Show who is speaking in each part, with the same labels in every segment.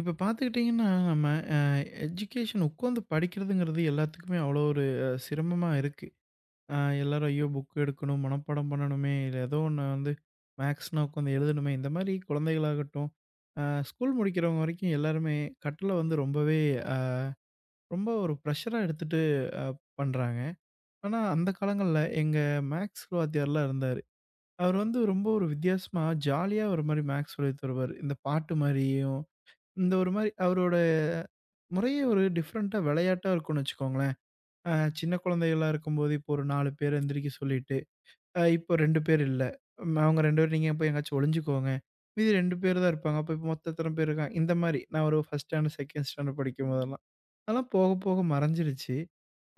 Speaker 1: இப்ப பார்த்துக்கிட்டீங்கன்னா, நம்ம எஜுகேஷன் உட்காந்து படிக்கிறதுங்கிறது எல்லாத்துக்குமே அவ்வளோ ஒரு சிரமமா இருக்கு. அ எல்லாரும் ஐயோ! புக் எடுக்கணும், மனப்பாடம் பண்ணணுமே, இல்ல ஏதோ ஒண்ணு வந்து மேக்ஸ்னா உட்காந்து எழுதணுமே, இந்த மாரி குழந்தைகளாகட்டும், அ ஸ்கூல் முடிக்கிறவங்க வரைக்கும் எல்லாருமே கற்றல வந்து அ ரொம்ப ஒரு ப்ரெஷரா எடுத்துட்டு அ பண்றாங்க. ஆனா, அந்த காலங்கள்ல எங்க மேக்ஸ் வாத்தியார்லாம் இருந்தாரு. அவர் வந்து ரொம்ப ஒரு வித்தியாசமா, ஜாலியா ஒரு மாரி மேக்ஸ் சொல்லி தருவாரு. இந்த பாட்டு மாரியும், இந்த ஒரு மாரி அவரோட முறையே ஒரு டிஃப்ரெண்ட்டா விளையாட்டா இருக்கும்னு வச்சுக்கோங்களேன். அ சின்ன குழந்தைகளா இருக்கும்போது, இப்போ ஒரு 4 பேர் எந்திரிக்க சொல்லிட்டு, இப்போ 2 பேர் இல்ல. அவங்க 2 பேர் நீங்க போய் எங்கேயாச்சும் ஒளிஞ்சுக்கோங்க. மீதி 2 பேர் தான் இருப்பாங்க. அப்போ இப்போ மொத்த எத்தன பேர் இருக்காங்க? இந்த மாரி. நான் ஒரு 1 ஸ்டாண்டர்ட், 2ண்ட் ஸ்டாண்டர்ட் படிக்கும்போதெல்லாம். அதெல்லாம் போக போக மறைஞ்சிருச்சு.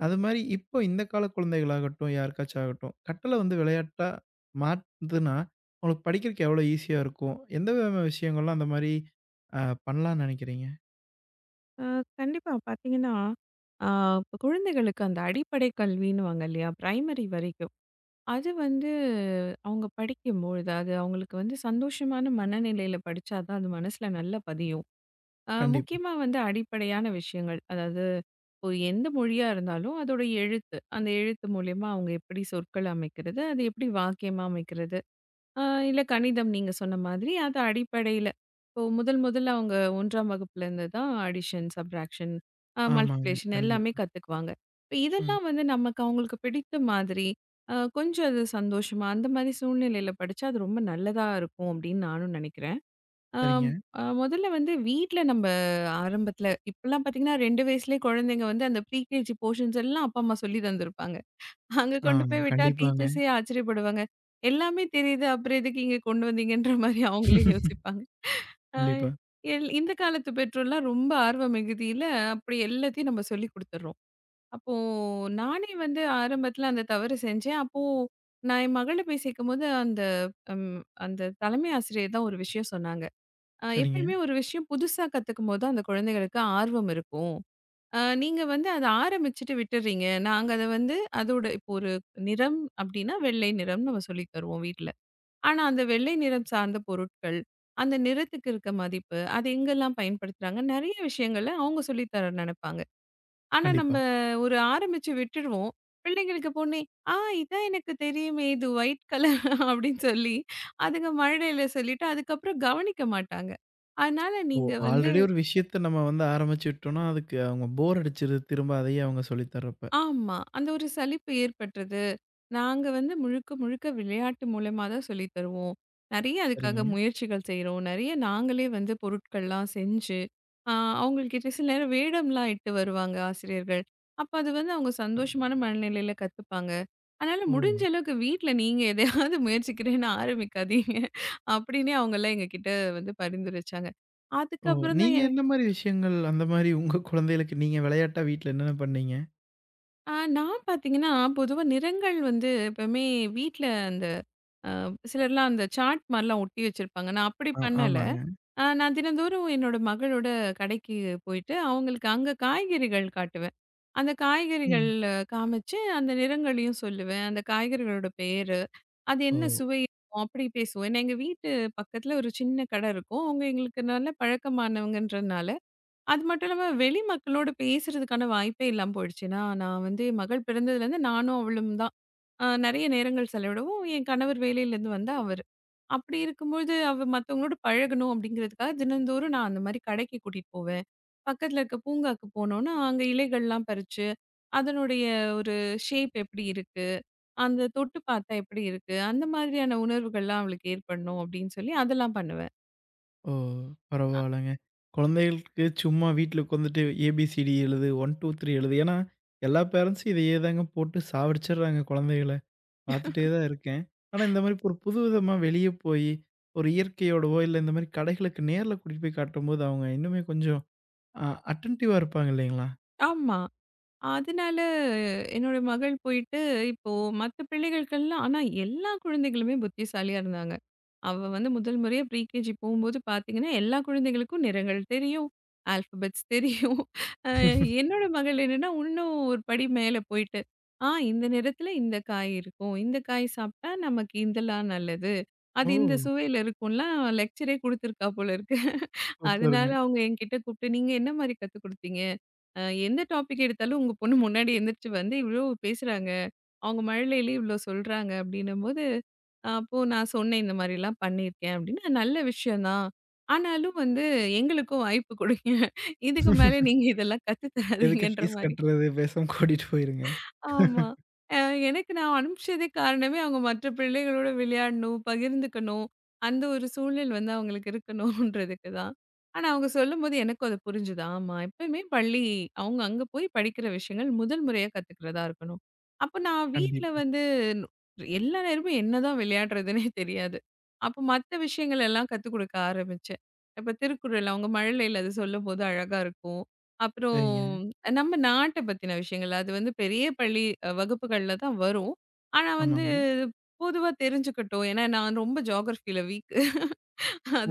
Speaker 1: அது மாரி இப்போ இந்த கால குழந்தைகளாகட்டும், யாருக்காச்சும் ஆகட்டும், கட்டள வந்து விளையாட்டா மாத்துனா, அவங்களுக்கு படிக்கிறக்கு எவ்வளோ ஈஸியா இருக்கும்? எந்த விதமான விஷயங்கள்லாம் அந்த மாரி அ பண்ணலாம்னு நினைக்கிறீங்க?
Speaker 2: அ கண்டிப்பா. பார்த்தீங்கன்னா, அ இப்ப குழந்தைகளுக்கு அந்த அடிப்படை கல்வின்னுவாங்க இல்லையா? பிரைமரி வரைக்கும். அது வந்து அவங்க படிக்கும்பொழுது, அது அவங்களுக்கு வந்து சந்தோஷமான மனநிலையில படிச்சா தான் அது மனசுல நல்லா பதியும்.
Speaker 1: கண்டிப்பா.
Speaker 2: முக்கியமா வந்து அடிப்படையான விஷயங்கள். அதாவது இப்போ எந்த மொழியா இருந்தாலும் அதோட எழுத்து. அந்த எழுத்து மூலியமா அவங்க எப்படி சொற்கள் அமைக்கிறது? அது எப்படி வாக்கியமா அமைக்கிறது? ஆ இல்ல கணிதம் நீங்க சொன்ன மாதிரி, அது அடிப்படையில. இப்போ முதல் முதல்ல அவங்க 1ஆம் வகுப்புல இருந்து தான் அடிஷன், சப்ட்ராக்ஷன்,
Speaker 1: ஆமாங்க.
Speaker 2: மல்டிப்ளிகேஷன் எல்லாமே
Speaker 1: கண்டிப்பா.
Speaker 2: கத்துக்குவாங்க. இப்ப
Speaker 1: ம்.
Speaker 2: இதெல்லாம் வந்து நமக்கு அவங்களுக்கு பிடித்த மாதிரி, கொஞ்சம் அது சந்தோஷமா, அந்த மாதிரி சூழ்நிலையில படிச்சா அது ரொம்ப நல்லதா இருக்கும் அப்படின்னு நானும் நினைக்கிறேன். ஆம்,
Speaker 1: சரிங்க.
Speaker 2: முதல்ல வந்து வீட்ல நம்ம ஆரம்பத்துல இப்பலாம் பார்த்தீங்கன்னா 2 வயசுலயே குழந்தைங்க வந்து அந்த ப்ரீகேஜி போர்ஷன்ஸ் எல்லாம் அப்பா, அம்மா சொல்லி தந்திருப்பாங்க. அங்க
Speaker 1: ஆ
Speaker 2: கொண்டு போய் விட்டா
Speaker 1: கண்டிப்பாங்க.
Speaker 2: டீச்சர்ஸே ஆச்சரியப்படுவாங்க. எல்லாமே தெரியுது. அப்புறம் எதுக்கு இங்க கொண்டு வந்தீங்கன்ற மாரி அவங்களே யோசிப்பாங்க. அ
Speaker 1: கண்டிப்பா.
Speaker 2: எல் இந்த காலத்து பெற்றோர்லாம் ரொம்ப ஆர்வ மிகுதியில அப்படி எல்லாத்தையும் நம்ம சொல்லிக் குடுத்துர்றோம். அப்போ நானே வந்து ஆரம்பத்துல அந்த தவறு செஞ்சேன். அப்போ நான் என் மகள போய் சேர்க்கும்போது அந்த அந்த தலைமை ஆசிரியர் தான் ஒரு விஷயம் சொன்னாங்க.
Speaker 1: சரிங்க.
Speaker 2: எப்பயுமே ஒரு விஷயம் புதுசா கத்துக்கும்போது தான் அந்த குழந்தைகளுக்கு ஆர்வம் இருக்கும். நீங்க வந்து அத ஆரம்பிச்சுட்டு விட்டுறீங்க. நாங்க அத வந்து அதோட இப்போ ஒரு நிறம் அப்டின்னா, வெள்ளை நிறம்னு நம்ம சொல்லி தருவோம் வீட்ல. ஆனா, அந்த வெள்ளை நிறம் சார்ந்த பொருட்கள், அந்த நிறத்துக்கு இருக்க மதிப்பு, அது எங்கெல்லாம் பயன்படுத்துறாங்க, நெறைய விஷயங்கள அவங்க சொல்லி தர நெனைப்பாங்க. ஆனா,
Speaker 1: கண்டிப்பா.
Speaker 2: நம்ம ஒரு ஆரம்பிச்சு விட்டுருவோம். பிள்ளைங்களுக்கு போனே, "ஆ இதான் எனக்கு தெரியுமே! இது ஒயிட் கலர்" அப்டின்னு சொல்லி அதுங்க மழலையில சொல்லிட்டு, அதுக்கப்புறம் கவனிக்க மாட்டாங்க. அதனால
Speaker 1: ஓ!
Speaker 2: நீங்க வந்து
Speaker 1: ஆல்ரெடி ஒரு விஷயத்த நம்ம வந்து ஆரம்பிச்சு விட்டோம்னா, அதுக்கு அவங்க போர் அடிச்சிருது. திரும்ப அதையே அவங்க சொல்லி தர்றப்ப.
Speaker 2: ஆமா. அந்த ஒரு சலிப்பு ஏற்பட்டது. நாங்க வந்து முழுக்க, முழுக்க விளையாட்டு மூலியமா தான் சொல்லி தருவோம். நெறைய அதுக்காக
Speaker 1: சரிங்க.
Speaker 2: முயற்சிகள் செய்றோம். நெறைய நாங்களே வந்து பொருட்கள்லாம் செஞ்சு, ஆ அவங்கள்கிட்ட சில நேரம் வேடம்லாம் இட்டு வருவாங்க ஆசிரியர்கள். அப்ப அது வந்து அவங்க சந்தோஷமான மனநிலையில கத்துப்பாங்க. அதனால
Speaker 1: ஓ!
Speaker 2: முடிஞ்ச அளவுக்கு வீட்ல நீங்க எதையாவது முயற்சிக்கிறேன்னு ஆரம்பிக்காதீங்க. அப்டின்னே அவங்கலாம் எங்ககிட்ட வந்து பரிந்துரைச்சாங்க.
Speaker 1: ஓ!
Speaker 2: அதுக்கப்புறம் தான்
Speaker 1: நீங்க என்ன மாரி விஷயங்கள் அந்த மாரி உங்க குழந்தைகளுக்கு நீங்க விளையாட்டா வீட்ல என்னென்ன பண்ணீங்க?
Speaker 2: நான் பார்த்தீங்கன்னா, பொதுவா நிறங்கள் வந்து எப்பவுமே வீட்ல அந்த அ சிலர்லாம் அந்த சார்ட் மாரிலாம் ஒட்டி வச்சிருப்பாங்க. நான் அப்படி
Speaker 1: ஆ
Speaker 2: பண்ணல.
Speaker 1: ஆமாங்க.
Speaker 2: நான் தினந்தோறும் என்னோட மகளோட கடைக்கு போயிட்டு, அவங்களுக்கு அங்க காய்கறிகள் காட்டுவேன். அந்த காய்கறிகள்
Speaker 1: ம்.
Speaker 2: அ, காமிச்சு, அந்த நிறங்களையும் சொல்லுவேன். அந்த காய்கறிகளோட பேரு, அது
Speaker 1: ஓ!
Speaker 2: என்ன சுவை இருக்கும், அப்படி பேசுவோம். ஏன்னா எங்க வீட்டு பக்கத்துல ஒரு சின்ன கடை இருக்கும். அவங்க எங்களுக்கு நல்ல பழக்கமானவங்கன்றனால, அது மட்டும் இல்லாம வெளி மக்களோட பேசுறதுக்கான வாய்ப்பே இல்லாம போயிடுச்சு. ஏன்னா, நான் வந்து என் மகள் பிறந்ததுலேருந்து நானும் அவளும் தான். நெறைய நேரங்கள் செலவிடவும், என் கணவர் வேலையிலேருந்து வந்த அவரு. அப்படி இருக்கும்பொழுது, அவ மத்தவங்களோட பழகணும் அப்படிங்கிறதுக்காக தினந்தோறும் நான் அந்த மாரி கடைக்கு கூட்டிட்டு போவேன். பக்கத்துல இருக்க பூங்காக்கு போனோம்னா, அங்க இலைகள்லாம் பறிச்சு, அதனுடைய ஒரு ஷேப் எப்படி இருக்கு? அந்த தொட்டு பார்த்தா எப்படி இருக்கு? அந்த மாதிரியான உணர்வுகள்லாம் அவளுக்கு ஏற்படணும் அப்படின்னு சொல்லி அதெல்லாம் பண்ணுவேன்.
Speaker 1: ஓ! பரவால்லங்க. குழந்தைகளுக்கு சும்மா வீட்ல உட்காந்துட்டு ஏபிசிடி எழுது, 1, 2, 3 எழுது. ஏன்னா, எல்லா பேரண்ட்ஸும் இதையே தாங்க போட்டு சாவடிச்சுடுறாங்க குழந்தைகள. பார்த்துட்டே தான் இருக்கேன். ஆனா, இந்த மாரி ஒரு புதுவிதமா வெளிய போயி, ஒரு இயற்கையோடவோ, இல்ல இந்த மாரி கடைகளுக்கு நேர்ல கூட்டிட்டு போய் காட்டும்போது, அவங்க இன்னுமே கொஞ்சம் அ அட்டென்டிவா இருப்பாங்க இல்லைங்களா?
Speaker 2: ஆமா. அதனால என்னோட மகள் போயிட்டு இப்போ மத்த பிள்ளைகளுக்கெல்லாம் ஆனா எல்லா குழந்தைகளுமே புத்திசாலியா இருந்தாங்க. அவ வந்து முதல் முறையா ப்ரீகேஜி போகும்போது பார்த்தீங்கன்னா, எல்லா குழந்தைகளுக்கும் நிறங்கள் தெரியும். ஆல்ஃபபெட்ஸ் தெரியும். அ என்னோட மகள் என்னன்னா, இன்னும் ஒரு படி மேல போயிட்டு, இந்த நிறத்துல இந்த காய் இருக்கும். இந்த காய் சாப்பிட்டா நமக்கு இதெல்லாம் நல்லது.
Speaker 1: ஓ!
Speaker 2: அது இந்த சுவையில இருக்கும்லாம் லெக்சரே குடுத்துருக்கா போல இருக்கு. அதனால
Speaker 1: சூப்பருங்க.
Speaker 2: அவங்க என்கிட்ட கூப்பிட்டு, நீங்க என்ன மாரி கத்துக் குடுத்தீங்க? எந்த டாபிக் எடுத்தாலும் உங்க பொண்ணு முன்னாடி எந்திரிச்சு வந்து, "இவ்ளோ பேசுறாங்க. அவங்க மழலையிலே இவ்ளோ சொல்றாங்க." அப்படின்னும்போது, அப்போ நான் சொன்னேன், "இந்த மாரிலாம் பண்ணியிருக்கேன்." அப்படின்னு. "நல்ல விஷயம் தான். ஆனாலும் வந்து எங்களுக்கும் வாய்ப்பு குடுங்க. இதுக்கு மேல நீங்க இதெல்லாம் கத்து
Speaker 1: எதுக்கு
Speaker 2: தராதீங்கன்ற"
Speaker 1: ஃபீஸ்
Speaker 2: மாரி.
Speaker 1: கட்டுறது? பேசாம கூட்டிட்டு போயிருங்க.
Speaker 2: ஆமா. அ எனக்கு நான் அனுப்பிச்சதே காரணமே அவங்க மற்ற பிள்ளைகளோட விளையாடணும், பகிர்ந்துக்கணும். அந்த ஒரு சூழல் வந்து அவங்களுக்கு இருக்கணும்ன்றதுக்கு தான். ஆனா அவங்க சொல்லும்போது எனக்கும் அது புரிஞ்சுது. ஆமா, எப்பயுமே பள்ளி அவங்க அங்க போய் படிக்கிற விஷயங்கள் முதல் முறையா கத்துக்கிறதா இருக்கணும். அப்ப நான் வீட்ல
Speaker 1: கண்டிப்பா.
Speaker 2: வந்து நு- எல்லா நேரமும் என்னதான் விளையாடுறதுன்னே தெரியாது. அப்ப மத்த விஷயங்கள் எல்லாம் கத்துக் கொடுக்க ஆரம்பிச்சேன். இப்ப திருக்குறள் அவங்க மழலையில அது சொல்லும்போது அழகா இருக்கும். அப்புறம்
Speaker 1: சரிங்க.
Speaker 2: நம்ம நாட்ட பத்தின விஷயங்கள். அது வந்து பெரிய பள்ளி வகுப்புகள்ல தான் வரும். ஆனா வந்து
Speaker 1: ஆமாங்க.
Speaker 2: பொதுவா தெரிஞ்சுக்கட்டும். ஏன்னா நான் ரொம்ப ஜியோகிராஃபில வீக்.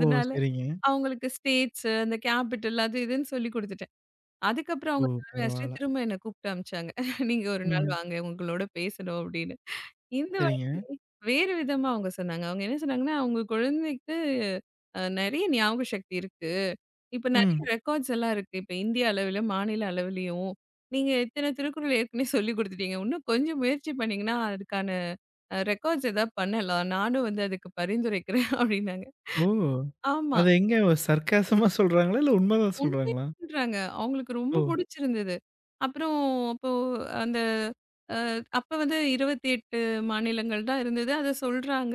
Speaker 1: ஓ! சரிங்க.
Speaker 2: அவங்களுக்கு ஸ்டேட்ஸ், அந்த கேபிட்டல் அது இதுன்னு சொல்லிக் குடுத்துட்டேன். அதுக்கப்புறம்
Speaker 1: ஓ!
Speaker 2: அவங்க தலைமை ஆசிரியர்
Speaker 1: பரவால்ல.
Speaker 2: திரும்ப என்ன கூப்பிட்டு அனுப்பிச்சாங்க. "நீங்க ஒரு நாள்
Speaker 1: ம்.
Speaker 2: வாங்க. உங்களோட பேசணும்" அப்படின்னு. இந்த
Speaker 1: சரிங்க.
Speaker 2: வாட்டி வேறு விதமா அவங்க சொன்னாங்க. அவங்க என்ன சொன்னாங்கன்னா, "அவங்க குழந்தைக்கு நெறைய ஞாபக சக்தி இருக்கு. இப்ப நெறைய
Speaker 1: ம்.
Speaker 2: ரெக்கார்ட்ஸ் எல்லாம் இருக்கு. இப்ப இந்திய அளவில, மாநில அளவிலயும் நீங்க இத்தன திருக்குறள் ஏற்கனவே சொல்லிக் குடுத்துட்டீங்க. இன்னும் கொஞ்சம் முயற்சி பண்ணீங்கன்னா, அதுக்கான ரெக்கார்ட்ஸ் ஏதாவது பண்ணலாம். நானும் வந்து அதுக்கு பரிந்துரைக்கிறேன் அப்டின்னாங்க.
Speaker 1: ஓ!
Speaker 2: ஆமா.
Speaker 1: அது எங்க சர்க்காசமா சொல்றாங்களா? இல்ல உண்மதான்
Speaker 2: உண்மையா
Speaker 1: சொல்றாங்களா?
Speaker 2: சொல்றாங்க. அவங்களுக்கு ரொம்ப
Speaker 1: ஓ!
Speaker 2: புடிச்சிருந்தது. அப்புறம் அப்போ அந்த அ அப்ப வந்து 28 மாநிலங்கள் தான் இருந்தது. அத சொல்றாங்க.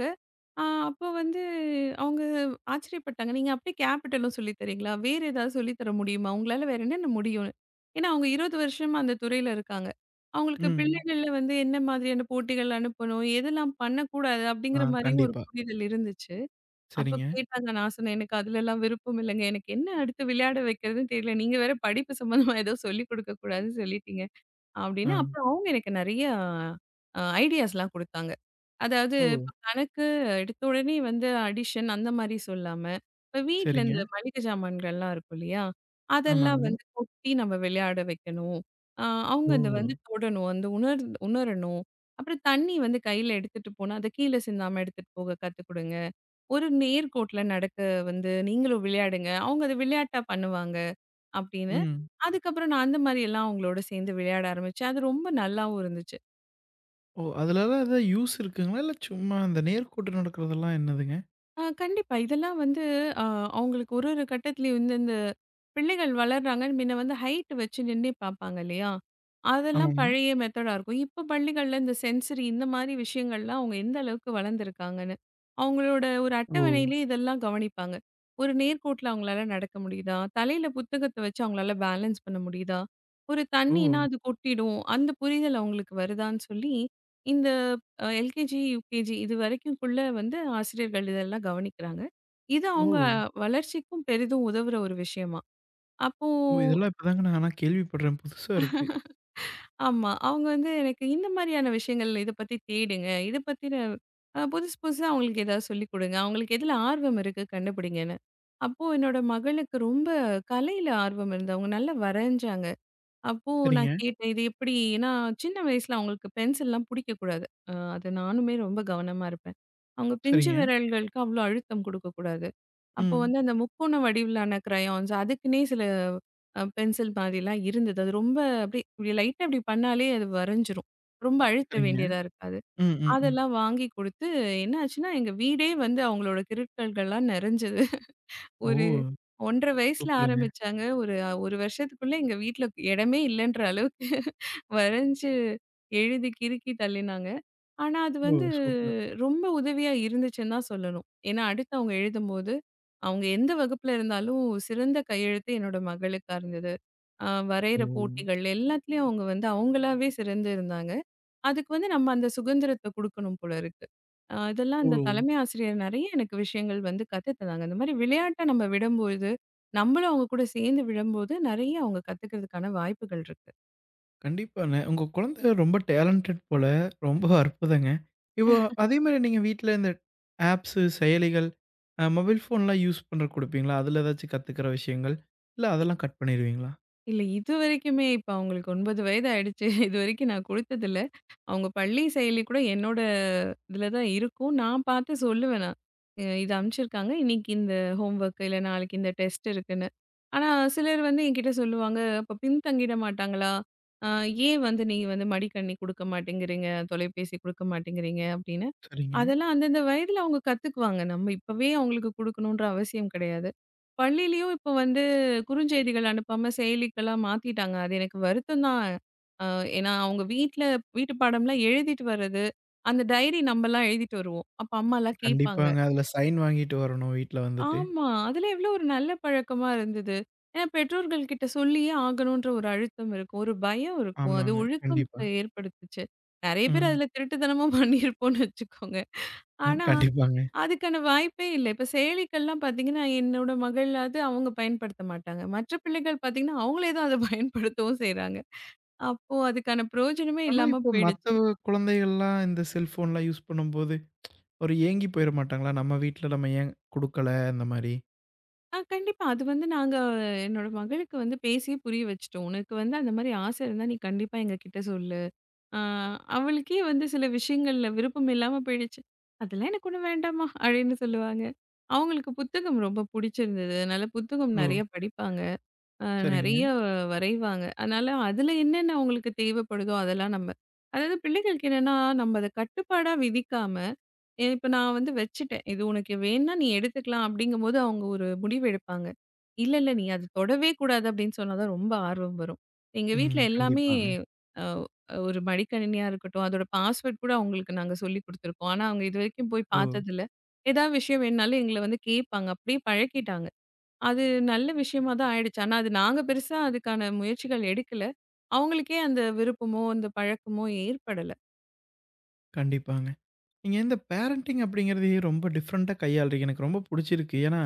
Speaker 2: ஆ அப்போ வந்து அவங்க ஆச்சரியப்பட்டாங்க. "நீங்க அப்படியே கேப்பிட்டலும் சொல்லி தரீங்களா? வேற ஏதாவது சொல்லி தர முடியுமா? உங்களால வேற என்னென்ன முடியும்னு?" ஏன்னா அவங்க 20 வருஷமா அந்த துறையில இருக்காங்க. அவங்களுக்கு
Speaker 1: ம்.
Speaker 2: பிள்ளைகள்ல வந்து என்ன மாதிரியான போட்டிகள் அனுப்பணும், எதெல்லாம் பண்ணக்கூடாது அப்படிங்கிற
Speaker 1: ஆ
Speaker 2: மாரியும் ஒரு
Speaker 1: கண்டிப்பா.
Speaker 2: புரிதல் இருந்துச்சு. அப்போ
Speaker 1: சரிங்க.
Speaker 2: கேட்டாங்க. நான் சொன்னேன், "எனக்கு அதுலலாம் விருப்பம் இல்லைங்க. எனக்கு என்ன அடுத்து விளையாட வைக்கிறதுன்னு தெரியல. நீங்க வேற படிப்பு சம்மந்தமா ஏதோ சொல்லிக் குடுக்கக்கூடாதுன்னு சொல்லிட்டீங்க."
Speaker 1: ஆ.
Speaker 2: அப்படின்னு. அப்புறம் அவங்க எனக்கு நெறைய ஐடியாஸ்லாம் குடுத்தாங்க. அதாவது
Speaker 1: ஓ!
Speaker 2: இப்ப கணக்கு எடுத்த உடனே வந்து அடிஷன் அந்த மாரி சொல்லாம, இப்ப வீட்ல
Speaker 1: சரிங்க.
Speaker 2: இந்த மளிகை ஜாமான்கள்லாம் இருக்கும் இல்லையா? அதெல்லாம்
Speaker 1: ஆமாங்க.
Speaker 2: வந்து கொட்டி நம்ம விளையாட வைக்கணும். அ அவங்க
Speaker 1: ஓ!
Speaker 2: அத வந்து தொடணும். அந்த உணரணும். அப்புறம் தண்ணி வந்து கையில எடுத்துட்டு போனா, அத கீழ சிந்தாம எடுத்துட்டு போக கத்துக் குடுங்க. ஒரு நேர்கோட்ல நடக்க வந்து நீங்களும் விளையாடுங்க. அவங்க அத விளையாட்டா பண்ணுவாங்க அப்படின்னு.
Speaker 1: ம்.
Speaker 2: அதுக்கப்புறம் நான் அந்த மாரியெல்லாம் அவங்களோட சேர்ந்து விளையாட ஆரம்பிச்சேன். அது ரொம்ப நல்லாவும் இருந்துச்சு.
Speaker 1: ஓ! அதுலலாம் ஏதாவது யூஸ் இருக்குங்களா? இல்ல சும்மா அந்த நேர்கோட்டு நடக்கிறதெல்லாம் என்னதுங்க?
Speaker 2: கண்டிப்பா. இதெல்லாம் வந்து அ அவங்களுக்கு ஒரு ஒரு கட்டத்திலயும் வந்து இந்த பிள்ளைகள் வளர்றாங்க. முன்ன வந்து ஹைட் வச்சு நின்னே பார்ப்பாங்க இல்லையா? அதெல்லாம்
Speaker 1: ஆமாங்க.
Speaker 2: பழைய மெத்தடா இருக்கும். இப்ப பள்ளிகள்ல இந்த சென்சரி இந்த மாதிரி விஷயங்கள்லாம் அவங்க எந்த அளவுக்கு வளர்ந்துருக்காங்கன்னு, அவங்களோட ஒரு
Speaker 1: ஓ!
Speaker 2: அட்டவணையிலேயே இதெல்லாம் கவனிப்பாங்க. ஒரு நேர்கோட்டுல அவங்களால நடக்க முடியுதா? தலையில புத்தகத்த வச்சு அவங்களால பேலன்ஸ் பண்ண முடியுதா? ஒரு
Speaker 1: ஓ!
Speaker 2: தண்ணீனா அது கொட்டிடும். அந்த புரிதல் அவங்களுக்கு வருதான்னு சொல்லி, இந்த எல்கேஜி, யுகேஜி இதுவரைக்கும்குள்ள வந்து ஆசிரியர்கள் இதெல்லாம் கவனிக்கிறாங்க. இது
Speaker 1: ஓ!
Speaker 2: அவங்க வளர்ச்சிக்கும் பெரிதும் உதவுற ஒரு விஷயமா. அப்போ
Speaker 1: ஓ! இதெல்லாம் இப்பதாங்க நான் ஆனா கேள்விப்படுறேன். புதுசா இருக்கு.
Speaker 2: ஆமா. அவங்க வந்து எனக்கு இந்த மாரியான விஷயங்கள் இத பத்தி தேடுங்க. இத பத்தின புதுசு புதுசா அவங்களுக்கு ஏதாவது சொல்லிக் குடுங்க. அவங்களுக்கு எதுல ஆர்வம் இருக்கு கண்டுபிடிங்கன்னு. அப்போ என்னோட மகளுக்கு ரொம்ப கலையில ஆர்வம் இருந்தவங்க. நல்லா வரைஞ்சாங்க. அப்போ
Speaker 1: சரிங்க,
Speaker 2: நான் கேட்டேன். இது எப்படி? ஏன்னா சின்ன வயசுல அவங்களுக்கு பென்சில்லாம் பிடிக்கக்கூடாது. அது நானுமே ரொம்ப கவனமா இருப்பேன். அவங்க பிஞ்சு
Speaker 1: சரிங்க.
Speaker 2: விரல்களுக்கு அவ்ளோ அழுத்தம் கொடுக்கக்கூடாது. அப்போ
Speaker 1: ம்.
Speaker 2: வந்து அந்த முக்கோண வடிவிலான கிரையான்ஸ் அதுக்குன்னே சில பென்சில் மாதிரிலாம் இருந்தது. அது ரொம்ப அப்படியே இப்படி லைட்டா இப்படி பண்ணாலே அது வரைஞ்சிரும். ரொம்ப அழுத்த
Speaker 1: சரிங்க.
Speaker 2: வேண்டியதா இருக்காது.
Speaker 1: ம், ம், ம்.
Speaker 2: அதெல்லாம் வாங்கி குடுத்து என்ன ஆச்சுன்னா, எங்க வீடே வந்து அவங்களோட கிருக்கல்கள்லாம் நிறைஞ்சது.
Speaker 1: ஓ!
Speaker 2: ஒரு 1 1/2 வயசுல
Speaker 1: சூப்பருங்க.
Speaker 2: ஆரம்பிச்சாங்க. ஒரு 1 வருஷத்துக்குள்ள எங்க வீட்ல இடமே இல்லன்ற அளவுக்கு வரைஞ்சு, எழுதி கிறுக்கி தள்ளினாங்க. ஆனா, அது
Speaker 1: ஓ!
Speaker 2: வந்து
Speaker 1: சூப்பர்.
Speaker 2: ரொம்ப உதவியா இருந்துச்சுன்னு தான் சொல்லணும். ஏன்னா, அடுத்து அவங்க எழுதும்போது, அவங்க எந்த வகுப்புல இருந்தாலும் சிறந்த கையெழுத்து என்னோட மகளுக்கா இருந்தது. அ வரையிற
Speaker 1: ம்.
Speaker 2: போட்டிகள் எல்லாத்துலயும் அவங்க வந்து அவங்களாவே சிறந்து இருந்தாங்க. அதுக்கு வந்து நம்ம அந்த சுதந்திரத்த குடுக்கணும் போல இருக்கு. இதெல்லாம்
Speaker 1: ஓ!
Speaker 2: அந்த தலைமை ஆசிரியர் நெறைய எனக்கு விஷயங்கள் வந்து கத்துத் தந்தாங்க. இந்த மாரி விளையாட்ட நம்ம விடும்போது, நம்மளும் அவங்க கூட சேர்ந்து விழும்போது நெறைய அவங்க கத்துக்கிறதுக்கான வாய்ப்புகள் இருக்கு.
Speaker 1: கண்டிப்பாங்க. உங்க குழந்தை ரொம்ப டேலண்டட் போல. ரொம்ப அற்புதங்க. இப்போ அதே மாரி நீங்க வீட்ல இந்த ஆப்ஸு, செயலிகள், மொபைல் ஃபோன்லாம் யூஸ் பண்ற குடுப்பீங்களா? அதுல ஏதாச்சும் கத்துக்கிற விஷயங்கள்? இல்ல
Speaker 2: இ
Speaker 1: அதெல்லாம் கட் பண்ணிருவீங்களா?
Speaker 2: இல்ல இதுவரைக்குமே இப்ப அவங்களுக்கு 9 வயது ஆயிடுச்சு. இதுவரைக்கும் நான் குடுத்ததில்ல. அவங்க பள்ளி செயலி கூட என்னோட இதில தான் இருக்கும். நான் பார்த்து சொல்லுவேன் நான். இது அனுப்பிச்சிருக்காங்க. இன்னைக்கு இந்த ஹோம்வொர்க் இல்ல நாளைக்கு இந்த டெஸ்ட் இருக்குன்னு." ஆனா சிலர் வந்து என்கிட்ட சொல்லுவாங்க, "அப்ப பின்தங்கிட மாட்டாங்களா? அ ஏன் வந்து நீங்க வந்து மடிக்கணினி குடுக்க மாட்டேங்கிறீங்க? தொலைபேசி குடுக்க மாட்டேங்கிறீங்க?" அப்படின்னு.
Speaker 1: சரிங்க.
Speaker 2: அதெல்லாம் அந்தந்த வயதில அவங்க கத்துக்குவாங்க. நம்ம இப்பவே அவங்களுக்கு குடுக்கணுன்ற அவசியம் கிடையாது. பள்ளியிலயும் இப்ப வந்து குறுஞ்செய்திகள் அனுப்பாம செயலிகளா மாத்திட்டாங்க. அது எனக்கு வருத்தம் தான். அ ஏன்னா அவங்க வீட்ல வீட்டு பாடம்லாம் எழுதிட்டு வர்றது, அந்த டைரி நம்பலாம் எழுதிட்டு வருவோம். அப்ப அம்மாலாம் கேட்பாங்க.
Speaker 1: கண்டிப்பாங்க. அதுல சைன் வாங்கிட்டு வரணும் வீட்ல வந்துட்டு.
Speaker 2: ஆமா. அதெல்லாம் எவ்வளோ ஒரு நல்ல பழக்கமா இருந்தது. ஏன்னா பெற்றோர்கள் கிட்ட சொல்லியே ஆகணுன்ற ஒரு அழுத்தம் இருக்கும். ஒரு பயம் இருக்கும். அது
Speaker 1: ஆமாங்க.
Speaker 2: ஒழுக்கம்
Speaker 1: கண்டிப்பா.
Speaker 2: ஏற்படுத்துச்சு. நெறைய பேர்
Speaker 1: ம்.
Speaker 2: அதுல திருட்டுத்தனமும் பண்ணியிருப்போம்னு வச்சுக்கோங்க. ஆனா
Speaker 1: கண்டிப்பாங்க.
Speaker 2: அதுக்கான வாய்ப்பே இல்ல. இப்ப செயலிகள்லாம் பார்த்தீங்கன்னா, என்னோட மகளாவது அவங்க பயன்படுத்த மாட்டாங்க. மற்ற பிள்ளைகள் பார்த்தீங்கன்னா, அவங்களே தான் அத பயன்படுத்தவும் செய்றாங்க. அப்போ அதுக்கான பிரயோஜனமே
Speaker 1: ஆனா
Speaker 2: இல்லாம
Speaker 1: இப்போ மத்த
Speaker 2: போயிடுச்சு.
Speaker 1: குழந்தைகள்லாம் இந்த செல்ஃபோன்லாம் யூஸ் பண்ணும்போது, ஒரு ஏங்கி போயிற மாட்டாங்களா? நம்ம வீட்ல நம்ம ஏன் குடுக்கல? அந்த மாரி.
Speaker 2: கண்டிப்பா. அது வந்து நாங்க என்னோட மகளுக்கு வந்து பேசியே புரிய வச்சுட்டோம். "உனக்கு வந்து அந்த மாரி ஆசை இருந்தா நீ கண்டிப்பா எங்ககிட்ட சொல்லு." ஆ அவளுக்கே வந்து சில விஷயங்கள்ல விருப்பம் இல்லாம போயிடுச்சு. "அதெல்லாம் எனக்கு ஒண்ணும் வேண்டாம்மா" அப்படின்னு சொல்லுவாங்க. அவங்களுக்கு புத்தகம் ரொம்ப புடிச்சிருந்தது. அதனால புத்தகம்
Speaker 1: ஓ!
Speaker 2: நெறைய படிப்பாங்க. அ
Speaker 1: சரிங்க.
Speaker 2: நெறைய வரைவாங்க. அதனால அதுல என்னென்ன அவங்களுக்கு தேவைப்படுதோ அதெல்லாம் நம்ம அதாவது பிள்ளைகளுக்கு என்னன்னா, நம்ம அத கட்டுப்பாடா விதிக்காம, இப்ப நான் வந்து வச்சுட்டேன். இது உனக்கு வேணுனா நீ எடுத்துக்கலாம் அப்படிங்கும்போது அவங்க ஒரு முடிவு எடுப்பாங்க. இல்ல, இல்ல நீ அது தொடவே கூடாது அப்படின்னு சொன்னா தான் ரொம்ப ஆர்வம் வரும். எங்க வீட்ல
Speaker 1: ம்.
Speaker 2: எல்லாமே
Speaker 1: கண்டிப்பாங்க.
Speaker 2: அ ஒரு மடிக்கணினியா இருக்கட்டும், அதோட பாஸ்வேர்ட் கூட அவங்களுக்கு நாங்க சொல்லிக் குடுத்துருக்கோம். ஆனா அவங்க இதுவரைக்கும் போய்
Speaker 1: ஓ!
Speaker 2: பார்த்ததில்ல. ஏதாவது விஷயம் வேணுனாலும் எங்கள வந்து கேட்பாங்க. அப்படியே பழக்கிட்டாங்க. அது நல்ல விஷயமா தான் ஆயிடுச்சு. ஆனா அது நாங்க பெருசா அதுக்கான முயற்சிகள் எடுக்கல. அவங்களுக்கே அந்த விருப்பமோ, அந்த பழக்கமோ ஏற்படல.
Speaker 1: கண்டிப்பாங்க. நீங்க இந்த பேரண்டிங் அப்படிங்கிறதையே ரொம்ப டிஃப்ரெண்ட்டா கையாள்றீங்க. எனக்கு ரொம்ப புடிச்சிருக்கு. ஏன்னா,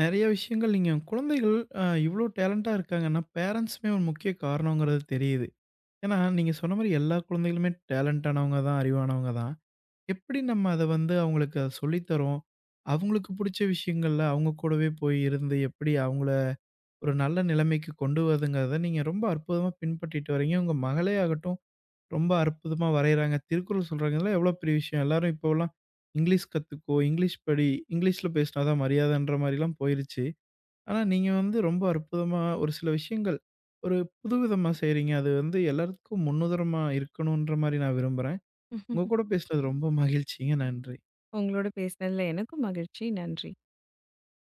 Speaker 1: நெறைய விஷயங்கள் நீங்க குழந்தைகள் இவ்ளோ டேலண்டா இருக்காங்கன்னா, பேரண்ட்ஸுமே ஒரு முக்கிய காரணங்கிறது தெரியுது. ஏன்னா, நீங்க சொன்ன மாரி எல்லா குழந்தைகளுமே டேலண்டானவங்க தான், அறிவானவங்க தான். எப்படி நம்ம அத வந்து அவங்களுக்கு அத சொல்லி தரோம்? அவங்களுக்கு புடிச்ச விஷயங்கள்ல அவங்க கூடவே போய் இருந்து, எப்படி அவங்கள ஒரு நல்ல நிலைமைக்கு கொண்டு வருதுங்கிறத நீங்க ரொம்ப அற்புதமா பின்பற்றிட்டு வரீங்க. உங்க மகளே ஆகட்டும் ரொம்ப அற்புதமா வரையறாங்க. திருக்குறள் சொல்றாங்கல்ல, எவ்வளோ பெரிய விஷயம். எல்லாரும் இப்போலாம் இங்கிலீஷ் கத்துக்கோ, இங்கிலீஷ் படி, இங்கிலீஷ்ல பேசினா தான் மரியாதைன்ற மாரிலாம் போயிருச்சு. ஆனா நீங்க வந்து ரொம்ப அற்புதமா ஒரு சில விஷயங்கள் ஒரு புதுவிதமா செய்றீங்க. அது வந்து எல்லாத்துக்கும் முன்னுதாரணமா இருக்கணுன்ற மாரி நான் விரும்புறேன். உங்க கூட பேசினது ரொம்ப மகிழ்ச்சிங்க. நன்றி.
Speaker 2: உங்களோட பேசினதுல எனக்கும் மகிழ்ச்சி. நன்றி.